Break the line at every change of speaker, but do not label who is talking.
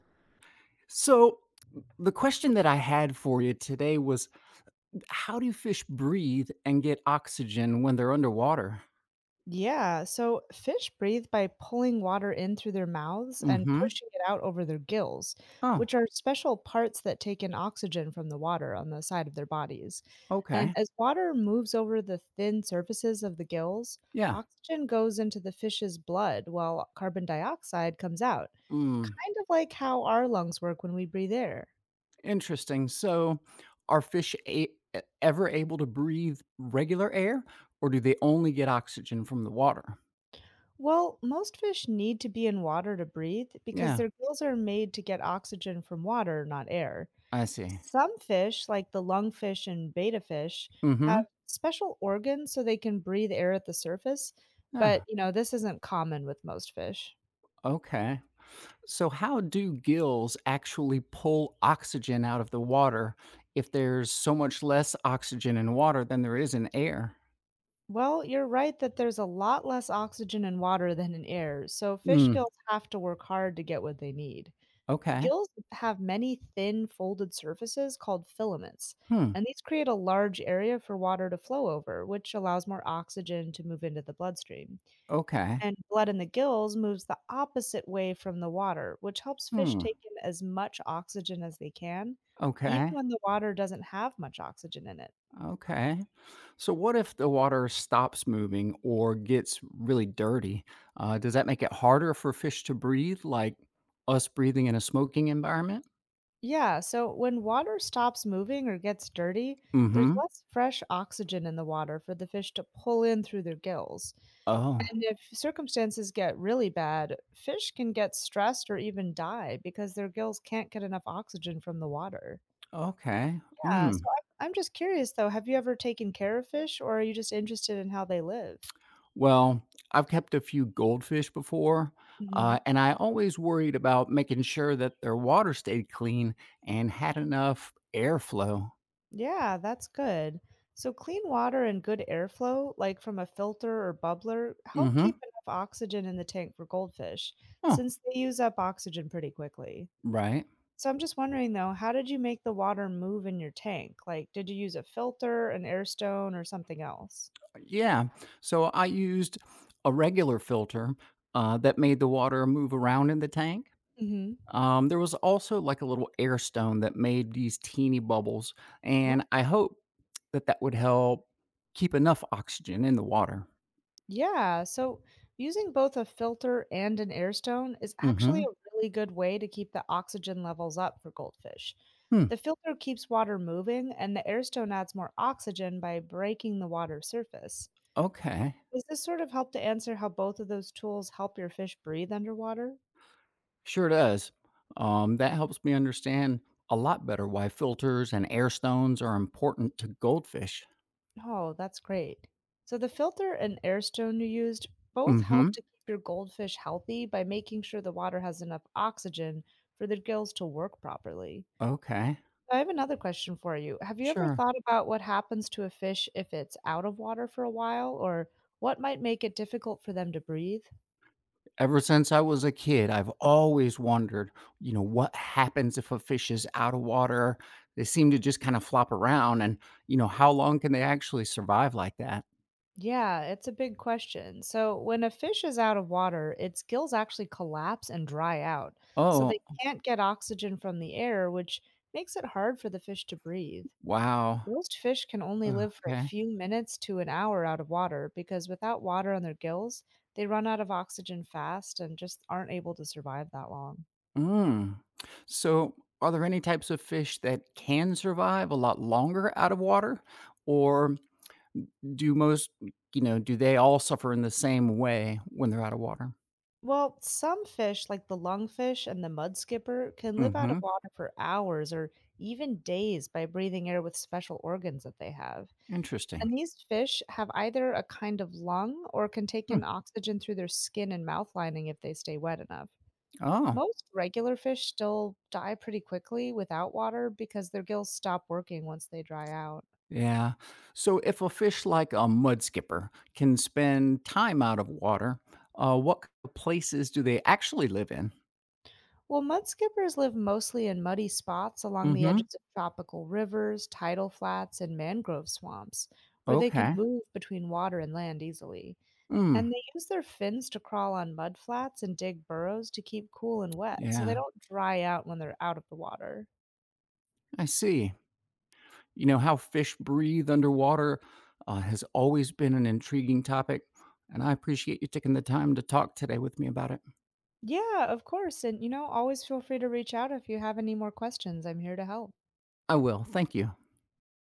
So, the question that I had for you today was how do fish breathe and get oxygen when they're underwater?
Yeah, so fish breathe by pulling water in through their mouths
Mm
and
hmm.
pushing it out over their gills,
Oh,
which are special parts that take in oxygen from the water on the side of their bodies. And
okay.
as water moves over the thin surfaces of the gills,
Yeah.
oxygen goes into the fish's blood while carbon dioxide comes out,
Mm,
kind of like how our lungs work when we breathe air.
interesting. So, are fish ever able to breathe regular air or do they only get oxygen from the water?
Well, most fish need to be in water to breathe because
Yeah,
their gills are made to get oxygen from water, not air.
I see.
Some fish, like the lungfish and betta fish,
Mm
have
hmm.
special organs so they can breathe air at the surface,
Yeah.
but this isn't common with most fish.
Okay. So, how do gills actually pull oxygen out of the water if there's so much less oxygen in water than there is in air?
Well, you're right that there's a lot less oxygen in water than in air, so fish
Hmm.
gills have to work hard to get what they need.
Okay.
Gills have many thin folded surfaces called filaments,
Hmm.
and these create a large area for water to flow over, which allows more oxygen to move into the bloodstream.
Okay.
And blood in the gills moves the opposite way from the water, which helps fish
Hmm.
take in as much oxygen as they can, even
Okay.
when the water doesn't have much oxygen in it.
Okay. So, what if the water stops moving or gets really dirty? Does that make it harder for fish to breathe, like us breathing in a smoking environment?
Yeah, so when water stops moving or gets dirty,
Mm hmm.
there's less fresh oxygen in the water for the fish to pull in through their gills.
Oh,
And if circumstances get really bad, fish can get stressed or even die because their gills can't get enough oxygen from the water.
okay.
Yeah,
Hmm.
so I'm just curious though, have you ever taken care of fish or are you just interested in how they live?
Well, I've kept a few goldfish before,
Mhm.
and I always worried about making sure that their water stayed clean and had enough airflow.
Yeah, that's good. So clean water and good airflow, like from a filter or bubbler, help keep
Mm-hmm.
enough oxygen in the tank for goldfish,
Oh,
since they use up oxygen pretty quickly.
right.
So I'm just wondering though, how did you make the water move in your tank? Like, did you use a filter, an air stone, or something else?
Yeah. So I used a regular filter that made the water move around in the tank.
Mm-hmm.
There was also like a little air stone that made these teeny bubbles, and I hope that that would help keep enough oxygen in the water.
Yeah, so using both a filter and an air stone is
Mm-hmm.
actually a really good way to keep the oxygen levels up for goldfish.
Hmm.
The filter keeps water moving, and the air stone adds more oxygen by breaking the water surface.
Okay.
Does this sort of help to answer how both of those tools help your fish breathe underwater?
Sure does. That helps me understand a lot better why filters and air stones are important to goldfish.
Oh, that's great. So, the filter and air stone you used both
Mm hmm.
help to keep your goldfish healthy by making sure the water has enough oxygen for their gills to work properly.
Okay.
I have another question for you. Have you ever
Sure.
thought about what happens to a fish if it's out of water for a while, or what might make it difficult for them to breathe?
Ever since I was a kid, I've always wondered, you know, what happens if a fish is out of water? They seem to just kind of flop around, and, you know, how long can they actually survive like that?
Yeah, it's a big question. So, when a fish is out of water, its gills actually collapse and dry out. So, they
Oh,
can't get oxygen from the air, which makes it hard for the fish to breathe.
wow.
Most fish can only live for a
Okay.
few minutes to an hour out of water because without water on their gills, they run out of oxygen fast and just aren't able to survive that long.
Mm. So, are there any types of fish that can survive a lot longer out of water, or do most, you know, do they all suffer in the same way when they're out of water?
Well, some fish, like the lungfish and the mud skipper, can live out of
Mm-hmm.
water for hours or even days by breathing air with special organs that they have.
Interesting.
And these fish have either a kind of lung or can take
Hmm.
in oxygen through their skin and mouth lining if they stay wet enough.
Oh,
Most regular fish still die pretty quickly without water because their gills stop working once they dry out.
yeah. So, if a fish like a mud skipper can spend time out of water, uh, what k- places do they actually live in?
Well, mudskippers live mostly in muddy spots along the
Mm-hmm.
edges of tropical rivers, tidal flats, and mangrove swamps, where they can
Okay.
move between water and land easily.
Mm.
And they use their fins to crawl on mud flats and dig burrows to keep cool and wet, so they
Yeah,
don't dry out when they're out of the water.
I see. You know, how fish breathe underwater has always been an intriguing topic, and I appreciate you taking the time to talk today with me about it.
Yeah, of course. And, you know, always feel free to reach out if you have any more questions. I'm here to help.
I will. Thank you.